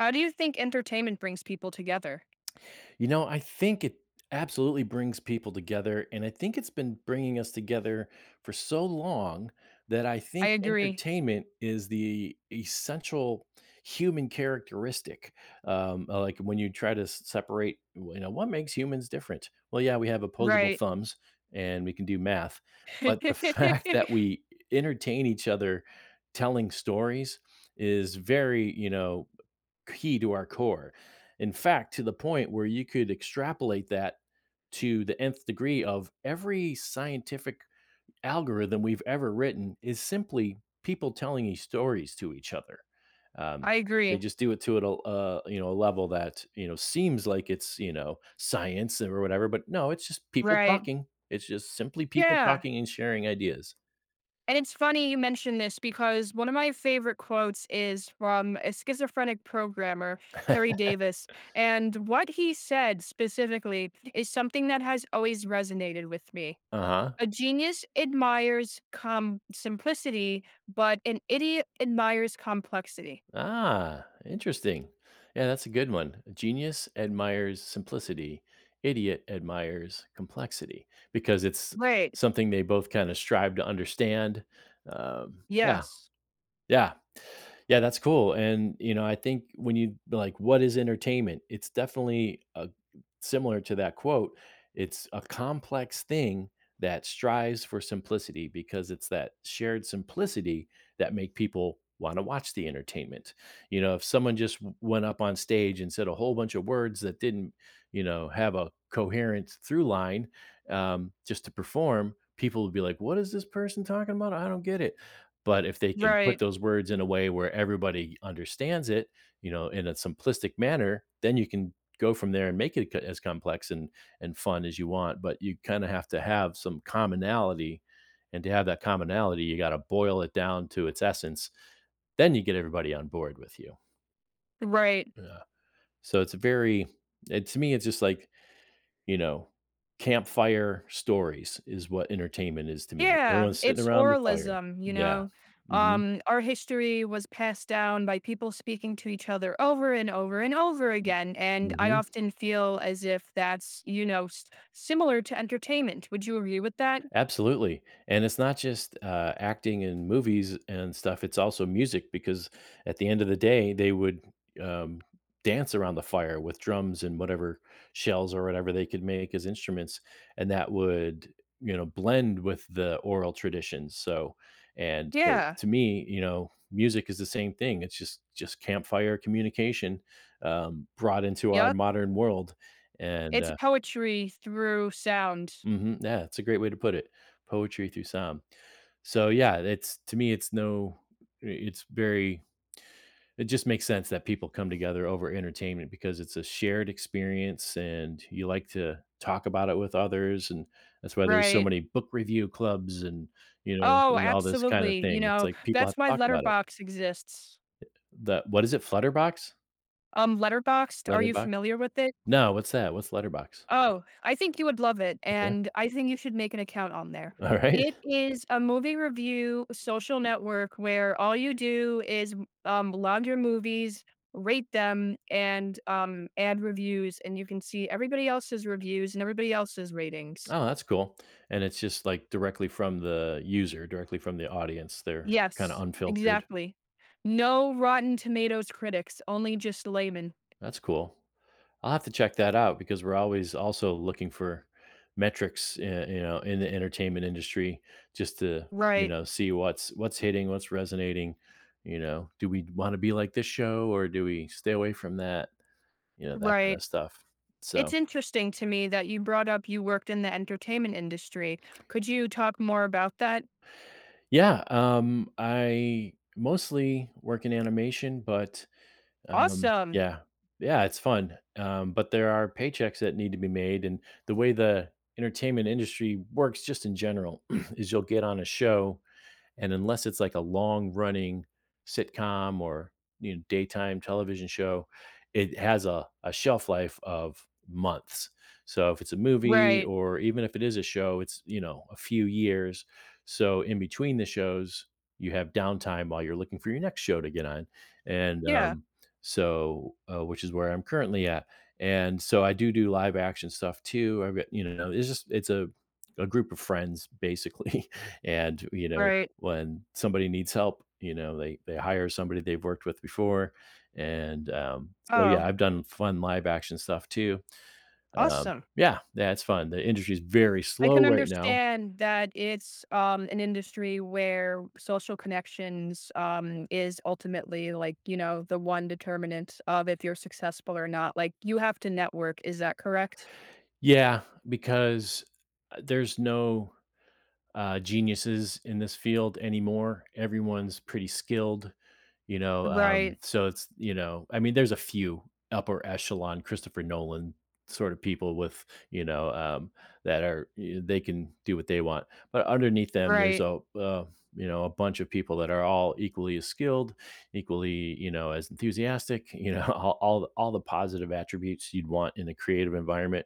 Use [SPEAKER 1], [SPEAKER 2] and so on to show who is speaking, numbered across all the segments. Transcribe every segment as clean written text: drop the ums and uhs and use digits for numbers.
[SPEAKER 1] How do you think entertainment brings people together?
[SPEAKER 2] You know, I think it absolutely brings people together. And I think it's been bringing us together for so long that I
[SPEAKER 1] I
[SPEAKER 2] think
[SPEAKER 1] agree.
[SPEAKER 2] entertainment is the essential human characteristic. Like when you try to separate, you know, what makes humans different? Well, yeah, we have opposable
[SPEAKER 1] Right.
[SPEAKER 2] thumbs and we can do math. But the fact that we entertain each other telling stories is very, you know, key to our core. In fact, to the point where you could extrapolate that to the nth degree of every scientific algorithm we've ever written is simply people telling these stories to each other. Um,
[SPEAKER 1] I
[SPEAKER 2] they
[SPEAKER 1] agree.
[SPEAKER 2] just do it to it, a level that seems like it's science or whatever, but no, it's just people
[SPEAKER 1] Right.
[SPEAKER 2] talking. It's just simply people
[SPEAKER 1] Yeah.
[SPEAKER 2] talking and sharing ideas.
[SPEAKER 1] And it's funny you mentioned this because one of my favorite quotes is from a schizophrenic programmer, Terry Davis. And what he said specifically is something that has always resonated with me.
[SPEAKER 2] Uh huh.
[SPEAKER 1] A genius admires simplicity, but an idiot admires complexity.
[SPEAKER 2] Ah, interesting. Yeah, that's a good one. Genius admires simplicity, idiot admires complexity because it's
[SPEAKER 1] Right.
[SPEAKER 2] something they both kind of strive to understand. Yeah,
[SPEAKER 1] Yes.
[SPEAKER 2] yeah, yeah, that's cool. And, you know, I think when you like, what is entertainment? It's definitely similar to that quote. It's a complex thing that strives for simplicity because it's that shared simplicity that make people want to watch the entertainment. You know, if someone just went up on stage and said a whole bunch of words that didn't, you know, have a coherent through line just to perform, people would be like, what is this person talking about? I don't get it. But if they can put
[SPEAKER 1] Right.
[SPEAKER 2] those words in a way where everybody understands it, you know, in a simplistic manner, then you can go from there and make it c as complex and fun as you want, but you kinda have to have some commonality, and to have that commonality, you gotta boil it down to its essence. Then you get everybody on board with you.
[SPEAKER 1] Right.
[SPEAKER 2] Yeah. So it's very it to me, it's just like, you know, campfire stories is what entertainment is to me.
[SPEAKER 1] Yeah,
[SPEAKER 2] Everyone's sitting
[SPEAKER 1] it's
[SPEAKER 2] around the fire.
[SPEAKER 1] oralism,
[SPEAKER 2] Yeah. Mhm.
[SPEAKER 1] Our history was passed down by people speaking to each other over and over and over again, and I
[SPEAKER 2] Mhm.
[SPEAKER 1] often feel as if that's, you know, s similar to entertainment. Would you agree with that?
[SPEAKER 2] Absolutely. And it's not just acting in movies and stuff, it's also music because at the end of the day, they would um, dance around the fire with drums and whatever shells or whatever they could make as instruments. And that would, you know, blend with the oral traditions. And so
[SPEAKER 1] Yeah.
[SPEAKER 2] to me, you know, music is the same thing. It's just campfire communication brought into our
[SPEAKER 1] Yep.
[SPEAKER 2] modern world, and
[SPEAKER 1] It's poetry through sound.
[SPEAKER 2] mhm, yeah, it's a great way to put it, poetry through sound. So, yeah, it's to me, it's no it's very it just makes sense that people come together over entertainment because it's a shared experience, and you like to talk about it with others, and that's why there's so
[SPEAKER 1] Right.
[SPEAKER 2] many book review clubs and, you know,
[SPEAKER 1] Oh,
[SPEAKER 2] and all this kind of
[SPEAKER 1] absolutely,
[SPEAKER 2] thing. It's like people have
[SPEAKER 1] that's
[SPEAKER 2] to
[SPEAKER 1] why
[SPEAKER 2] talk about it.
[SPEAKER 1] Letterbox exists.
[SPEAKER 2] The what is it, Flutterbox?
[SPEAKER 1] Letterboxd, are you
[SPEAKER 2] Letterbox?
[SPEAKER 1] familiar with it?
[SPEAKER 2] No, what's that? What's Letterbox?
[SPEAKER 1] Oh, I think you would love it,
[SPEAKER 2] Okay,
[SPEAKER 1] and I think you should make an account on there.
[SPEAKER 2] alright.
[SPEAKER 1] It is a movie review social network where all you do is, log your movies, rate them, and, add reviews, and you can see everybody else's reviews and everybody else's ratings.
[SPEAKER 2] Oh, that's cool. And it's just, like, directly from the user, directly from the audience. They're kinda
[SPEAKER 1] Yes,
[SPEAKER 2] unfiltered.
[SPEAKER 1] exactly. No Rotten Tomatoes critics, only just laymen.
[SPEAKER 2] That's cool. I'll have to check that out because we're always also looking for metrics, eh, you know, in the entertainment industry just to, you
[SPEAKER 1] Right,
[SPEAKER 2] know, see what's hitting, what's resonating, you know, do we wanna be like this show or do we stay away from that? You know, that kinda
[SPEAKER 1] right.
[SPEAKER 2] stuff.
[SPEAKER 1] It's
[SPEAKER 2] So,
[SPEAKER 1] interesting to me that you brought up you worked in the entertainment industry. Could you talk more about that?
[SPEAKER 2] yeah, I mostly work in animation, but um,
[SPEAKER 1] Awesome.
[SPEAKER 2] yeah. Yeah, it's fun, but there are paychecks that need to be made, and the way the entertainment industry works just in general is you'll get on a show and unless it's like a long running sitcom or you know daytime television show, it has a shelf life of months. So if it's a movie
[SPEAKER 1] Right.
[SPEAKER 2] or even if it is a show, it's you know a few years. So in between the shows, you have downtime while you're looking for your next show to get on, and
[SPEAKER 1] Yeah.
[SPEAKER 2] so which is where I'm currently at. And so I do do live action stuff too. I've got you know it's a group of friends basically, and you know
[SPEAKER 1] Right.
[SPEAKER 2] when somebody needs help, you know, they hire somebody they've worked with before, and, so, yeah,
[SPEAKER 1] Oh,
[SPEAKER 2] I've done fun live action stuff too.
[SPEAKER 1] awesome.
[SPEAKER 2] Yeah, yeah, it's fun. The industry's very
[SPEAKER 1] I can
[SPEAKER 2] slow right now.
[SPEAKER 1] understand that it's an industry where social connections is ultimately the one determinant of if you're successful or not. Like, you have to network. Is that correct?
[SPEAKER 2] Yeah, because, there's no geniuses in this field anymore. Everyone's pretty skilled. You know,
[SPEAKER 1] Right.
[SPEAKER 2] so it's you know, I mean, there's a few upper echelon Christopher Nolan sort of people with you know that are they can do what they want, but underneath them, there's
[SPEAKER 1] Right.
[SPEAKER 2] a you know a bunch of people that are all equally as skilled, equally you know as enthusiastic. You know, all the positive attributes you'd want in a creative environment.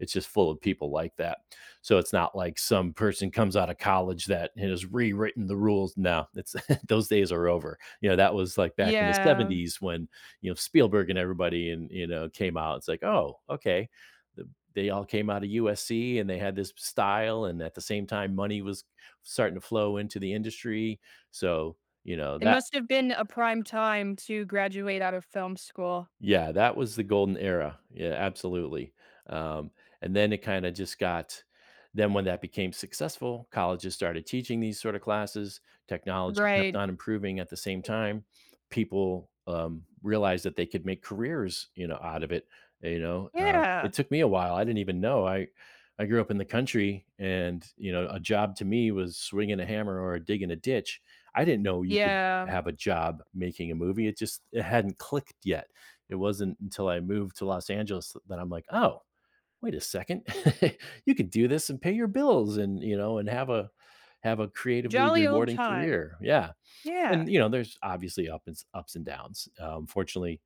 [SPEAKER 2] It's just full of people like that. So it's not like some person comes out of college that has rewritten the rules. No, it's those days are over. You know, that was like back in the
[SPEAKER 1] Yeah.
[SPEAKER 2] seventies when, you know, Spielberg and everybody and, you know, came out. It's like, "Oh, okay." The they all came out of USC and they had this style, and at the same time, money was starting to flow into the industry. So, you know,
[SPEAKER 1] It
[SPEAKER 2] that
[SPEAKER 1] must have been a prime time to graduate out of film school.
[SPEAKER 2] yeah, that was the golden era. Yeah, absolutely. Um, and then it kind of just got Then when that became successful, colleges started teaching these sort of classes. Technology kept
[SPEAKER 1] Right.
[SPEAKER 2] on improving at the same time. People realized that they could make careers, you know, out of it. You know, it
[SPEAKER 1] Yeah.
[SPEAKER 2] took me a while. I didn't even know. I grew up in the country, and you know, a job to me was swinging a hammer or digging a ditch. I didn't know you could
[SPEAKER 1] Yeah.
[SPEAKER 2] have a job making a movie. It hadn't clicked yet it wasn't until I moved to Los Angeles that I'm like, "Oh, wait a second. You could do this and pay your bills and, you know, and have a creatively
[SPEAKER 1] Jolly old
[SPEAKER 2] rewarding
[SPEAKER 1] time.
[SPEAKER 2] career." Yeah,
[SPEAKER 1] Yeah.
[SPEAKER 2] and, you know, there's obviously ups and downs. Fortunately,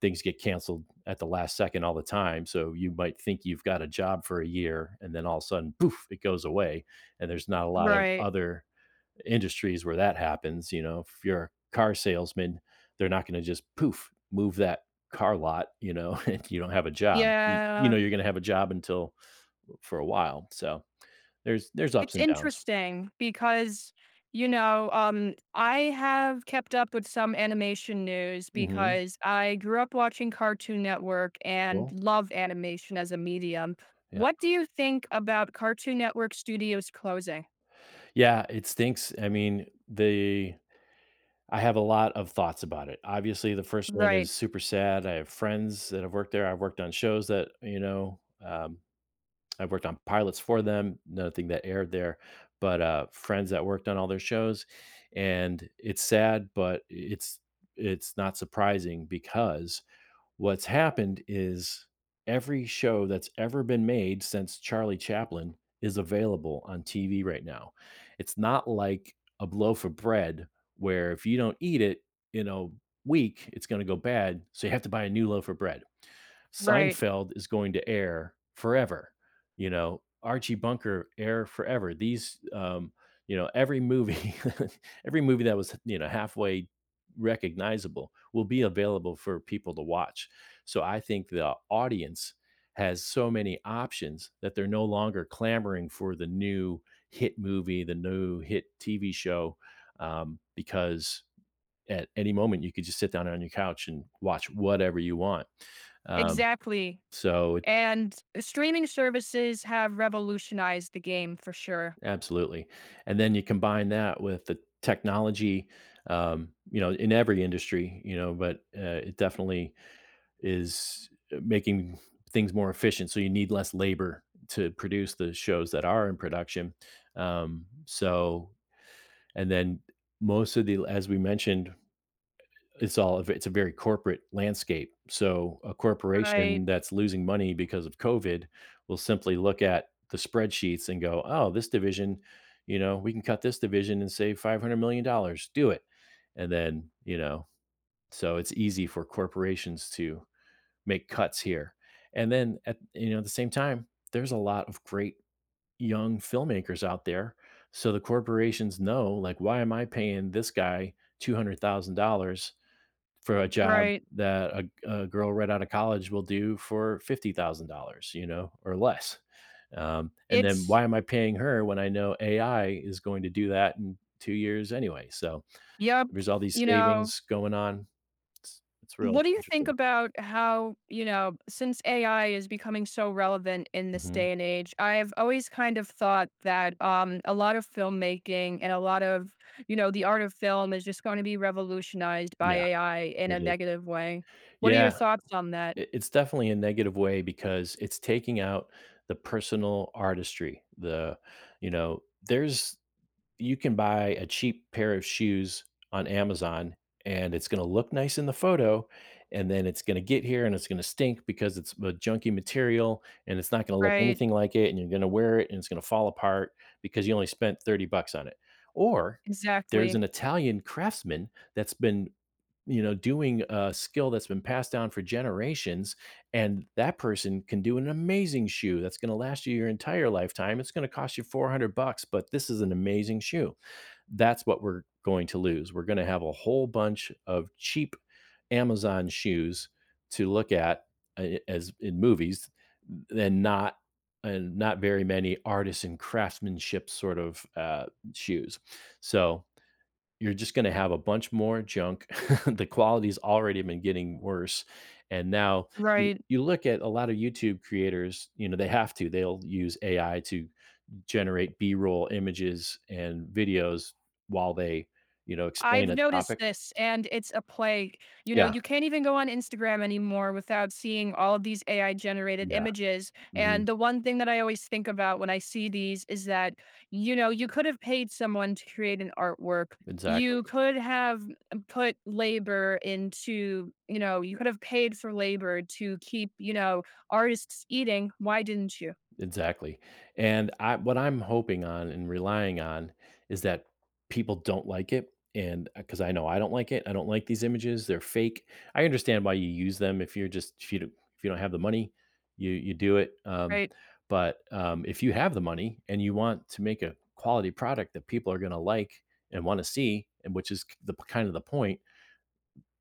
[SPEAKER 2] things get canceled at the last second all the time, so you might think you've got a job for a year, and then all of a sudden, poof, it goes away, and there's not a lot of
[SPEAKER 1] Right.
[SPEAKER 2] other industries where that happens. You know, if you're a car salesman, they're not going to just poof move that car lot. You know, and you don't have a job. You
[SPEAKER 1] Yeah,
[SPEAKER 2] know, you're going to have a job until for a while. So there's ups
[SPEAKER 1] it's
[SPEAKER 2] and downs.
[SPEAKER 1] interesting because, I have kept up with some animation news
[SPEAKER 2] Hmm.
[SPEAKER 1] because I grew up watching Cartoon Network and
[SPEAKER 2] Cool.
[SPEAKER 1] love animation as a medium.
[SPEAKER 2] Yeah.
[SPEAKER 1] What do you think about Cartoon Network studios closing?
[SPEAKER 2] Yeah. It stinks. I mean, the I have a lot of thoughts about it. Obviously, the first one
[SPEAKER 1] Right,
[SPEAKER 2] is super sad. I have friends that have worked there. I've worked on shows that you know. I've worked on pilots for them, nothing that aired there, but friends that worked on all their shows, and it's sad, but it's not surprising because what's happened is every show that's ever been made since Charlie Chaplin is available on TV right now. It's not like a loaf of bread where if you don't eat it in a week, it's going to go bad, so you have to buy a new loaf of bread.
[SPEAKER 1] right,
[SPEAKER 2] Seinfeld is going to air forever, you know, Archie Bunker air forever. These, you know, every movie every movie that was, you know, halfway recognizable will be available for people to watch. So I think the audience has so many options that they're no longer clamoring for the new hit movie, the new hit TV show, because at any moment you could just sit down on your couch and watch whatever you want. Um
[SPEAKER 1] exactly.
[SPEAKER 2] so it
[SPEAKER 1] And streaming services have revolutionized the game for sure.
[SPEAKER 2] Absolutely. And then you combine that with the technology, you know, in every industry, you know, but it definitely is making things more efficient. So you need less labor to produce the shows that are in production. So, and then most of the, as we mentioned, it's all it's a very corporate landscape. So a corporation
[SPEAKER 1] Right,
[SPEAKER 2] that's losing money because of COVID will simply look at the spreadsheets and go, "Oh, this division, you know, we can cut this division and save $500 million dollars. Do it." And then, you know, so it's easy for corporations to make cuts here. And then at you know, at the same time, there's a lot of great young filmmakers out there. So the corporations know, like, why am I paying this guy $200,000 for a job
[SPEAKER 1] right.
[SPEAKER 2] that a girl right out of college will do for $50,000, you know, or less. And then
[SPEAKER 1] It's,
[SPEAKER 2] why am I paying her when I know AI is going to do that in 2 years anyway? So
[SPEAKER 1] yep,
[SPEAKER 2] there's all these
[SPEAKER 1] you know,
[SPEAKER 2] savings going on. It's
[SPEAKER 1] What
[SPEAKER 2] real
[SPEAKER 1] do you think
[SPEAKER 2] interesting.
[SPEAKER 1] about how, since AI is becoming so relevant in this
[SPEAKER 2] Hmm.
[SPEAKER 1] day and age, I've always kind of thought that a lot of filmmaking and a lot of, the art of film is just going to be revolutionized by
[SPEAKER 2] Yeah,
[SPEAKER 1] AI in
[SPEAKER 2] it
[SPEAKER 1] a
[SPEAKER 2] is.
[SPEAKER 1] negative way. What are your
[SPEAKER 2] Yeah,
[SPEAKER 1] thoughts on that?
[SPEAKER 2] it's definitely a negative way because it's taking out the personal artistry. The, you know, there's You can buy a cheap pair of shoes on Amazon, and it's going to look nice in the photo, and then it's going to get here and it's going to stink because it's a junky material and it's not going to look
[SPEAKER 1] Right.
[SPEAKER 2] anything like it, and you're going to wear it and it's going to fall apart because you only spent 30 bucks on it. Or there's an
[SPEAKER 1] Exactly.
[SPEAKER 2] Italian craftsman that's been, you know, doing a skill that's been passed down for generations, and that person can do an amazing shoe that's going to last you your entire lifetime. It's going to cost you 400 bucks, but this is an amazing shoe. That's what we're going to lose. We're going to have a whole bunch of cheap Amazon shoes to look at, as in movies, and not, and not very many artisan craftsmanship sort of, shoes. So you're just gonna have a bunch more junk. The quality's already been getting worse, and now you
[SPEAKER 1] Right.
[SPEAKER 2] you look at a lot of YouTube creators, you know, they have to. They'll use AI to generate B-roll images and videos while they, you know, explain
[SPEAKER 1] I've
[SPEAKER 2] a
[SPEAKER 1] noticed
[SPEAKER 2] topic.
[SPEAKER 1] this, and it's a plague. You know,
[SPEAKER 2] Yeah,
[SPEAKER 1] you can't even go on Instagram anymore without seeing all of these AI generated
[SPEAKER 2] yeah,
[SPEAKER 1] images.
[SPEAKER 2] mhm,
[SPEAKER 1] And the one thing that I always think about when I see these is that, you could have paid someone to create an artwork.
[SPEAKER 2] exactly.
[SPEAKER 1] You could have put labor into, you could have paid for labor to keep, artists eating. Why didn't you?
[SPEAKER 2] Exactly, and I what I'm hoping on and relying on is that people don't like it, and because I know I don't like it, I don't like these images, they're fake. I understand why you use them if you don't, if you don't have the money, you do it,
[SPEAKER 1] Right.
[SPEAKER 2] but, if you have the money and you want to make a quality product that people are gonna like and wanna see, and which is the kind of the point,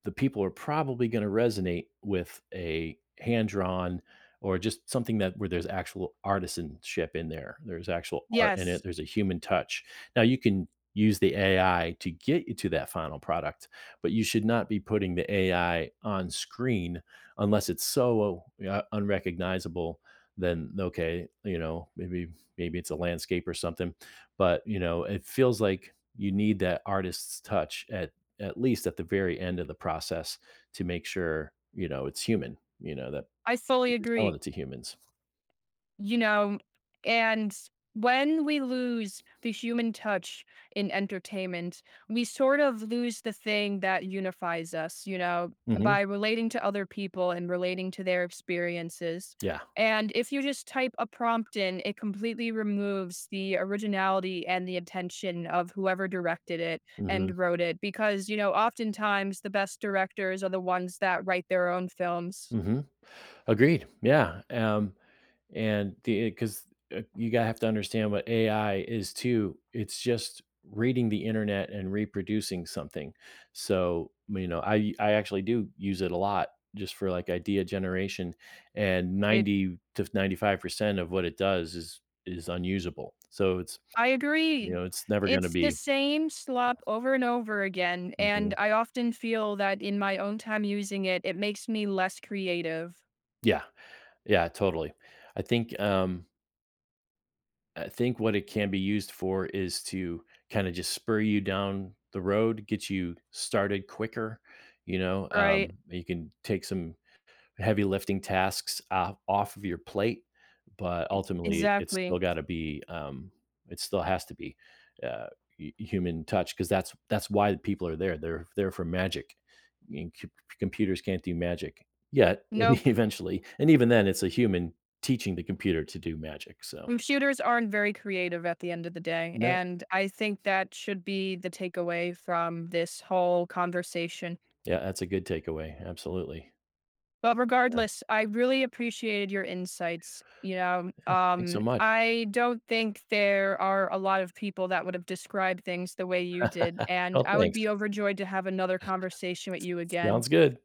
[SPEAKER 2] the people are probably going to resonate with a hand drawn, or just something that where there's actual artisanship in there. There's actual art in it.
[SPEAKER 1] Yes.
[SPEAKER 2] There's a human touch. Now you can use the AI to get you to that final product, but you should not be putting the AI on screen unless it's so unrecognizable. Then okay, you know, maybe it's a landscape or something, but you know it feels like you need that artist's touch at least at the very end of the process, to make sure, you know, it's human, you know, that
[SPEAKER 1] I fully
[SPEAKER 2] you're selling
[SPEAKER 1] agree.
[SPEAKER 2] it to humans.
[SPEAKER 1] You know, and when we lose the human touch in entertainment, we sort of lose the thing that unifies us,
[SPEAKER 2] Hmm.
[SPEAKER 1] by relating to other people and relating to their experiences.
[SPEAKER 2] Yeah.
[SPEAKER 1] And if you just type a prompt in, it completely removes the originality and the intention of whoever directed it
[SPEAKER 2] Hmm.
[SPEAKER 1] and wrote it. Because, oftentimes the best directors are the ones that write their own films.
[SPEAKER 2] Hmm. Agreed. Yeah. And the because you gotta have to understand what AI is too. It's just reading the internet and reproducing something. So you know, I actually do use it a lot just for like idea generation, and 90 to 95% of what it does is unusable. So it's—
[SPEAKER 1] I
[SPEAKER 2] you know,
[SPEAKER 1] agree.
[SPEAKER 2] it's never gonna
[SPEAKER 1] It's the
[SPEAKER 2] be—
[SPEAKER 1] same slop over and over again, and
[SPEAKER 2] Mhm.
[SPEAKER 1] I often feel that in my own time using it, it makes me less creative.
[SPEAKER 2] Yeah, yeah, totally. I think, um I think what it can be used for is to kinda just spur you down the road, get you started quicker, you know,
[SPEAKER 1] Right.
[SPEAKER 2] you can take some heavy lifting tasks off of your plate, but ultimately it's still
[SPEAKER 1] Exactly.
[SPEAKER 2] gotta be, it still has to be, uh, hu human touch, 'cause that's why the people are there. They're there for magic, and c computers can't do magic yet. Maybe
[SPEAKER 1] Nope.
[SPEAKER 2] eventually, and even then, it's a human teaching the computer to do magic, so—
[SPEAKER 1] Computers aren't very creative at the end of the day,
[SPEAKER 2] No.
[SPEAKER 1] and I think that should be the takeaway from this whole conversation.
[SPEAKER 2] Yeah, that's a good takeaway, absolutely.
[SPEAKER 1] But
[SPEAKER 2] Yeah,
[SPEAKER 1] regardless, I really appreciated your insights.
[SPEAKER 2] thanks so much.
[SPEAKER 1] I don't think there are a lot of people that would have described things the way you did. And
[SPEAKER 2] Oh,
[SPEAKER 1] I would
[SPEAKER 2] thanks.
[SPEAKER 1] be overjoyed to have another conversation with you again.
[SPEAKER 2] Sounds good.